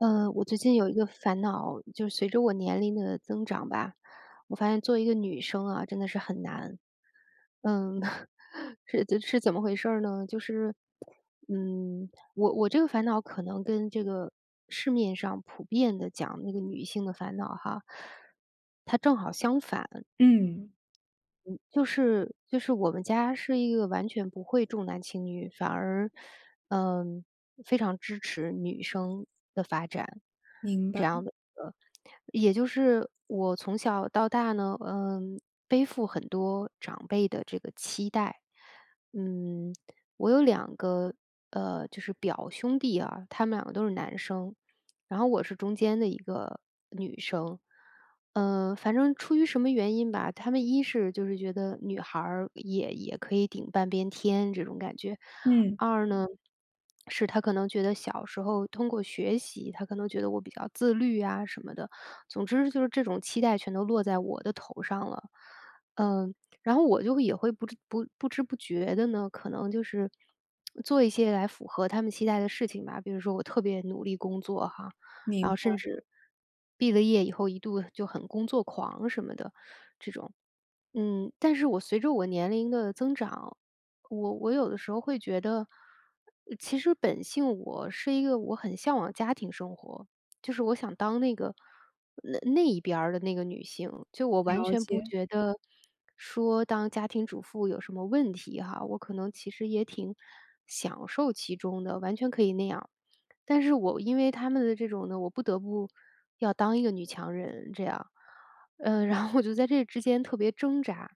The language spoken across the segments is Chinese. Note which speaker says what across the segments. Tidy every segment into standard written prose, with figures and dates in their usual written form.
Speaker 1: 我最近有一个烦恼，就是随着我年龄的增长吧，我发现做一个女生啊，真的是很难。嗯，是怎么回事儿呢？就是，嗯，我这个烦恼可能跟这个市面上普遍的讲那个女性的烦恼哈，它正好相反。
Speaker 2: 嗯，
Speaker 1: 就是我们家是一个完全不会重男轻女，反而，嗯，非常支持女生的发展，
Speaker 2: 明白，
Speaker 1: 这样的也就是我从小到大呢，背负很多长辈的这个期待。嗯，我有两个，就是表兄弟啊，他们两个都是男生，然后我是中间的一个女生。反正出于什么原因吧，他们一是就是觉得女孩儿也可以顶半边天这种感觉，
Speaker 2: 嗯，
Speaker 1: 二呢，是他可能觉得小时候通过学习，他可能觉得我比较自律啊什么的，总之就是这种期待全都落在我的头上了，嗯，然后我就也会不知不觉的呢，可能就是做一些来符合他们期待的事情吧。比如说我特别努力工作哈，然后
Speaker 2: 明
Speaker 1: 甚至毕了业以后一度就很工作狂什么的这种，但是我随着我年龄的增长，我有的时候会觉得，其实本性我是一个我很向往家庭生活，就是我想当那一边儿的那个女性，就我完
Speaker 2: 了
Speaker 1: 全不
Speaker 2: 解，
Speaker 1: 觉得说当家庭主妇有什么问题哈，我可能其实也挺享受其中的，完全可以那样。但是我因为他们的这种呢，我不得不要当一个女强人这样，然后我就在这之间特别挣扎，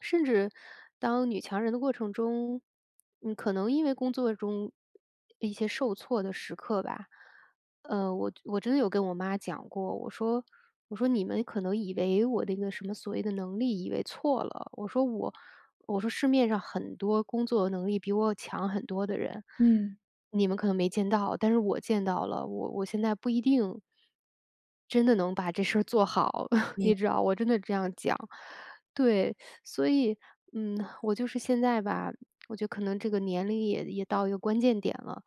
Speaker 1: 甚至当女强人的过程中，可能因为工作中一些受挫的时刻吧。我真的有跟我妈讲过，我说你们可能以为我那个什么所谓的能力，以为错了。我说市面上很多工作能力比我强很多的人，
Speaker 2: 嗯，
Speaker 1: 你们可能没见到，但是我见到了。我现在不一定真的能把这事儿做好，
Speaker 2: 明
Speaker 1: 你知道，我真的这样讲。对，所以嗯，我就是现在吧，我觉得可能这个年龄也到一个关键点了。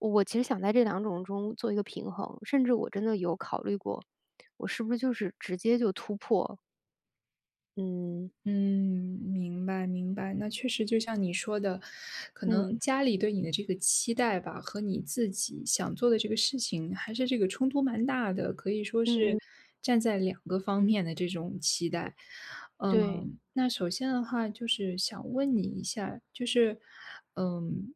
Speaker 1: 我其实想在这两种中做一个平衡，甚至我真的有考虑过，我是不是就是直接就突破。嗯，
Speaker 2: 嗯，明白明白。那确实就像你说的，可能
Speaker 1: 嗯，
Speaker 2: 家里对你的这个期待吧，和你自己想做的这个事情，还是这个冲突蛮大的，可以说是
Speaker 1: 嗯嗯，
Speaker 2: 站在两个方面的这种期待。
Speaker 1: 对，
Speaker 2: 嗯，那首先的话，就是想问你一下，就是，嗯，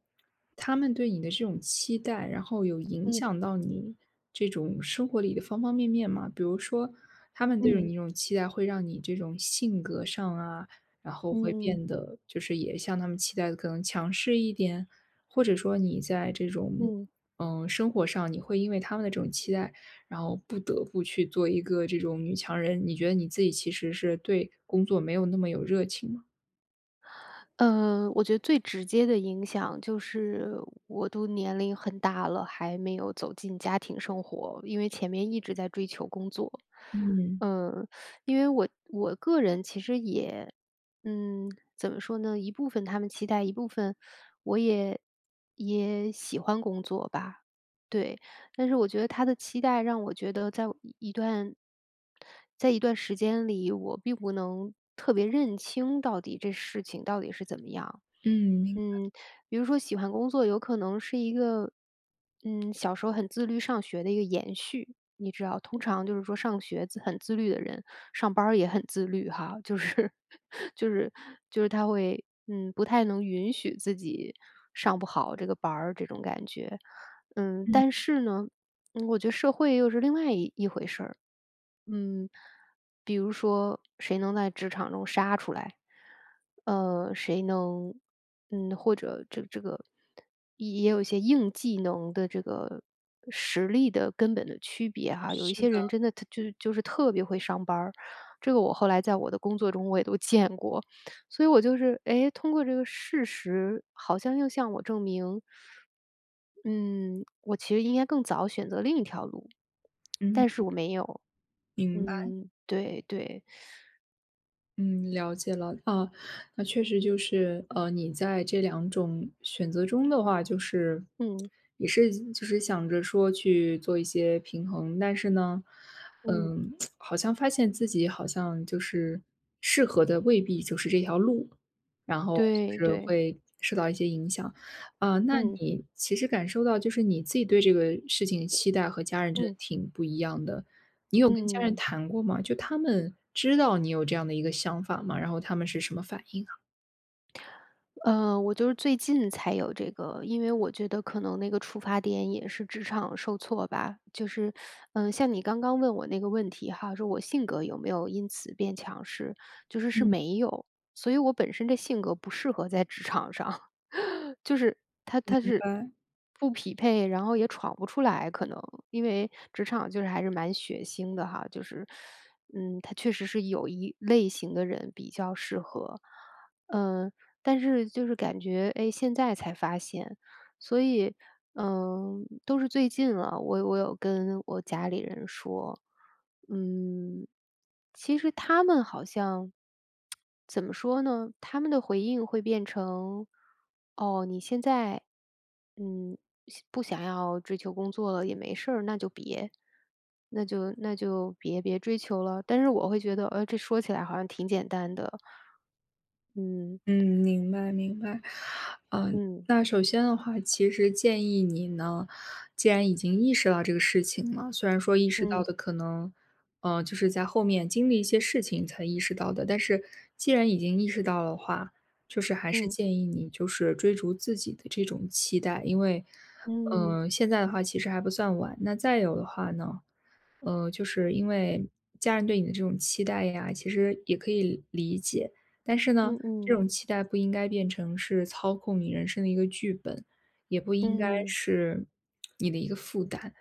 Speaker 2: 他们对你的这种期待，然后有影
Speaker 1: 嗯，
Speaker 2: 响到你这种生活里的方方面面吗？比如说，他们对
Speaker 1: 嗯，
Speaker 2: 你这种期待会让你这种性格上啊，然后会
Speaker 1: 嗯嗯，
Speaker 2: 变得就是也像他们期待的可能强势一点，或者说你在这种，
Speaker 1: 嗯。
Speaker 2: 生活上你会因为他们的这种期待，然后不得不去做一个这种女强人，你觉得你自己其实是对工作没有那么有热情吗？
Speaker 1: 我觉得最直接的影响就是我都年龄很大了，还没有走进家庭生活，因为前面一直在追求工作。
Speaker 2: 嗯。
Speaker 1: 嗯，因为我个人其实也，嗯，怎么说呢？一部分他们期待，一部分我也喜欢工作吧。对，但是我觉得他的期待让我觉得在一段时间里，我并不能特别认清到底这事情到底是怎么样。
Speaker 2: 嗯，明
Speaker 1: 嗯，比如说喜欢工作，有可能是一个，小时候很自律上学的一个延续。你知道，通常就是说上学自很自律的人，上班儿也很自律哈，就是 就是就是他会，不太能允许自己上不好这个班儿这种感觉。
Speaker 2: 嗯。
Speaker 1: 但是呢，我觉得社会又是另外一回事儿。嗯，比如说谁能在职场中杀出来，谁能，或者这个也有一些硬技能的这个实力的根本的区别哈。有一
Speaker 2: 是
Speaker 1: 些人
Speaker 2: 的，
Speaker 1: 真的他就是特别会上班儿，这个我后来在我的工作中我也都见过。所以我就是，哎，通过这个事实，好像又向我证明，嗯，我其实应该更早选择另一条路，
Speaker 2: 嗯，
Speaker 1: 但是我没有。
Speaker 2: 明白。
Speaker 1: 嗯，对对，
Speaker 2: 嗯，了解了。啊，那确实就是，你在这两种选择中的话，就是
Speaker 1: 嗯
Speaker 2: 也是就是想着说去做一些平衡，但是呢，
Speaker 1: 嗯，
Speaker 2: 嗯，好像发现自己好像就是适合的未必就是这条路，然后就
Speaker 1: 对
Speaker 2: 是
Speaker 1: 对，
Speaker 2: 会受到一些影响。啊，那
Speaker 1: 嗯
Speaker 2: 你其实感受到就是你自己对这个事情期待和家人真的
Speaker 1: 嗯
Speaker 2: 挺不一样的。你有跟家人
Speaker 1: 嗯。
Speaker 2: 谈过吗？就他们知道你有这样的一个想法吗？然后他们是什么反应啊？
Speaker 1: 我就是最近才有这个，因为我觉得可能那个出发点也是职场受挫吧。就是，像你刚刚问我那个问题哈，说我性格有没有因此变强势，就是是没有，所以我本身这性格不适合在职场上，就是他是
Speaker 2: 拜
Speaker 1: 不匹配，然后也闯不出来，可能因为职场就是还是蛮血腥的哈，就是，他确实是有一类型的人比较适合，嗯、但是就是感觉，哎，现在才发现，所以，都是最近了，我有跟我家里人说，嗯，其实他们好像怎么说呢？他们的回应会变成，哦，你现在，嗯，想不想要追求工作了也没事儿，那就别追求了。但是我会觉得，这说起来好像挺简单的，嗯。
Speaker 2: 嗯，明白明白。嗯，
Speaker 1: 嗯
Speaker 2: 那首先的话，其实建议你呢，既然已经意识到这个事情了，虽然说意识到
Speaker 1: 嗯
Speaker 2: 的可能，就是在后面经历一些事情才意识到的，但是既然已经意识到的话，就是还是
Speaker 1: 嗯
Speaker 2: 建议你就是追逐自己的这种期待，因为，
Speaker 1: 嗯
Speaker 2: 现在的话其实还不算晚。那再有的话呢，就是因为家人对你的这种期待呀，其实也可以理解。但是呢，
Speaker 1: 嗯
Speaker 2: 这
Speaker 1: 嗯
Speaker 2: 种期待不应该变成是操控你人生的一个剧本，也不应该
Speaker 1: 嗯
Speaker 2: 是你的一个负担。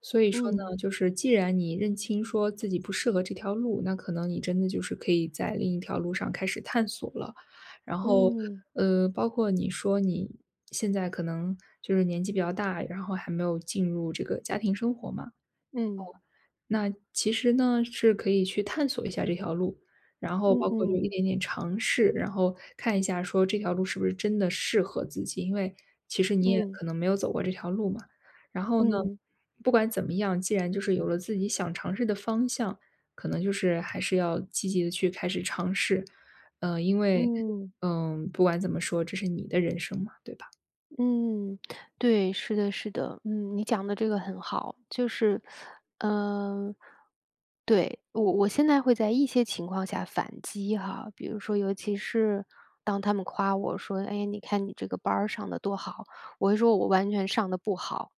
Speaker 2: 所以说
Speaker 1: 嗯
Speaker 2: 呢，就是既然你认清说自己不适合这条路，那可能你真的就是可以在另一条路上开始探索了。然后，
Speaker 1: 嗯
Speaker 2: 包括你说你现在可能就是年纪比较大，然后还没有进入这个家庭生活嘛。
Speaker 1: 嗯嗯
Speaker 2: 那其实呢，是可以去探索一下这条路，然后包括就一
Speaker 1: 嗯
Speaker 2: 点点尝试，然后看一下说这条路是不是真的适合自己，因为其实你也
Speaker 1: 嗯
Speaker 2: 可能没有走过这条路嘛。然后呢，
Speaker 1: 嗯
Speaker 2: 不管怎么样，既然就是有了自己想尝试的方向，可能就是还是要积极的去开始尝试，因为
Speaker 1: 嗯，
Speaker 2: 不管怎么说，这是你的人生嘛，对吧？
Speaker 1: 嗯，对，是的，是的，嗯，你讲的这个很好，就是，嗯、对我现在会在一些情况下反击哈，比如说，尤其是当他们夸我说，哎，你看你这个班儿上的多好，我会说我完全上的不好，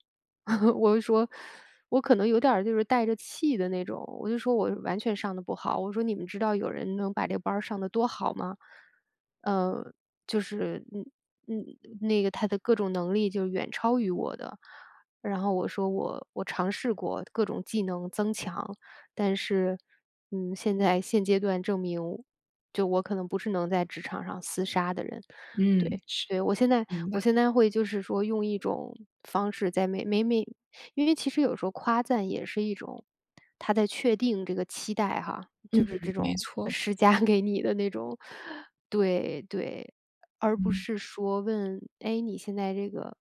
Speaker 1: 我就说，我可能有点儿就是带着气的那种，我就说我完全上的不好，我说你们知道有人能把这个班儿上的多好吗？呃，就是嗯，那个他的各种能力就是远超于我的。然后我说我尝试过各种技能增强，但是现在现阶段证明，就我可能不是能在职场上厮杀的人，
Speaker 2: 嗯，
Speaker 1: 对。
Speaker 2: 是，
Speaker 1: 对，我现在
Speaker 2: 明白，
Speaker 1: 我现在会就是说用一种方式在每每每因为其实有时候夸赞也是一种，他在确定这个期待哈，
Speaker 2: 嗯，
Speaker 1: 就是这
Speaker 2: 没
Speaker 1: 种
Speaker 2: 错，
Speaker 1: 施加给你的那种，对对，而不
Speaker 2: 嗯
Speaker 1: 是说问，哎，你现在这个，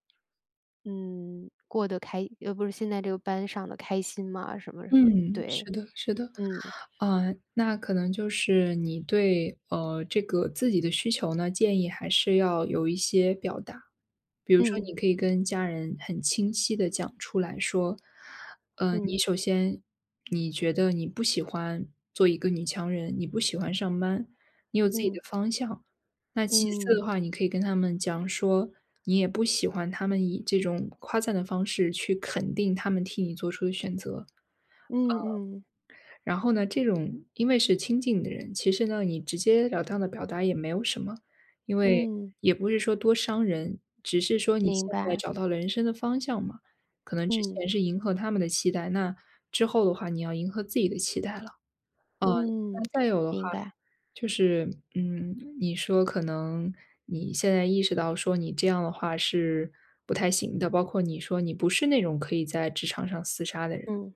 Speaker 1: 嗯，过得开，呃，不是现在这个班上的开心吗？什么什么，
Speaker 2: 嗯，
Speaker 1: 对，
Speaker 2: 是的，是的。
Speaker 1: 嗯
Speaker 2: 那可能就是你对，这个自己的需求呢，建议还是要有一些表达。比如说你
Speaker 1: 嗯
Speaker 2: 可以跟家人很清晰的讲出来说，你
Speaker 1: 嗯
Speaker 2: 首先你觉得你不喜欢做一个女强人，你不喜欢上班，你有自己的
Speaker 1: 嗯
Speaker 2: 方向。那其次
Speaker 1: 嗯
Speaker 2: 的话，你可以跟他们讲说，你也不喜欢他们以这种夸赞的方式去肯定他们替你做出的选择。
Speaker 1: 嗯嗯
Speaker 2: 然后呢，这种因为是亲近的人，其实呢，你直截了当的表达也没有什么，因为
Speaker 1: 嗯，
Speaker 2: 也不是说多伤人，只是说你现
Speaker 1: 明
Speaker 2: 在
Speaker 1: 白，
Speaker 2: 找到了人生的方向嘛。可能之
Speaker 1: 嗯。
Speaker 2: 前是迎合他们的期待，那之后的话你要迎合自己的期待了。呃，
Speaker 1: 嗯，
Speaker 2: 那再有的话，
Speaker 1: 明白，
Speaker 2: 就是，嗯，你说可能你现在意识到说你这样的话是不太行的，包括你说你不是那种可以在职场上厮杀的人。
Speaker 1: 嗯，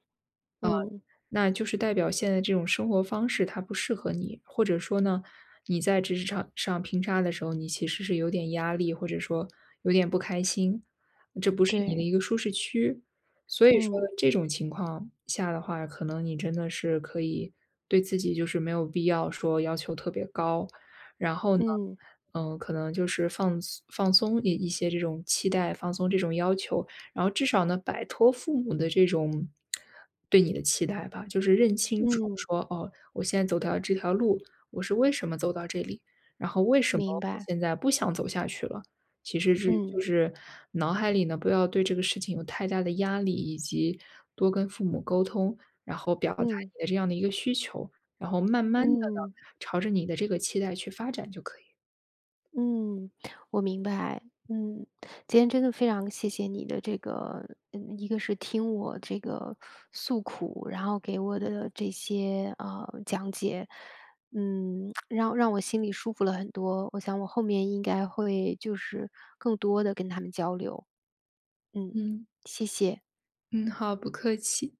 Speaker 1: 嗯，
Speaker 2: 那就是代表现在这种生活方式它不适合你，或者说呢，你在职场上拼杀的时候，你其实是有点压力，或者说有点不开心，这不是你的一
Speaker 1: 对，
Speaker 2: 个舒适区。所以说
Speaker 1: 嗯，
Speaker 2: 这种情况下的话，可能你真的是可以对自己就是没有必要说要求特别高，然后呢，
Speaker 1: 嗯，
Speaker 2: 嗯，可能就是放松放松一些这种期待，放松这种要求，然后至少呢，摆脱父母的这种对你的期待吧，就是认清楚
Speaker 1: 嗯，
Speaker 2: 说，哦，我现在走到这条路，我是为什么走到这里，然后为什么
Speaker 1: 明
Speaker 2: 我
Speaker 1: 白，
Speaker 2: 现在不想走下去了。其实是就
Speaker 1: 嗯，
Speaker 2: 是脑海里呢，不要对这个事情有太大的压力，以及多跟父母沟通，然后表达
Speaker 1: 嗯，
Speaker 2: 你的这样的一个需求，然后慢慢的
Speaker 1: 嗯，
Speaker 2: 呢，朝着你的这个期待去发展就可以。
Speaker 1: 嗯，我明白，嗯，今天真的非常谢谢你的这个，一个是听我这个诉苦，然后给我的这些讲解，让我心里舒服了很多，我想我后面应该会就是更多的跟他们交流，嗯，
Speaker 2: 嗯
Speaker 1: 谢谢。
Speaker 2: 嗯，好，不客气。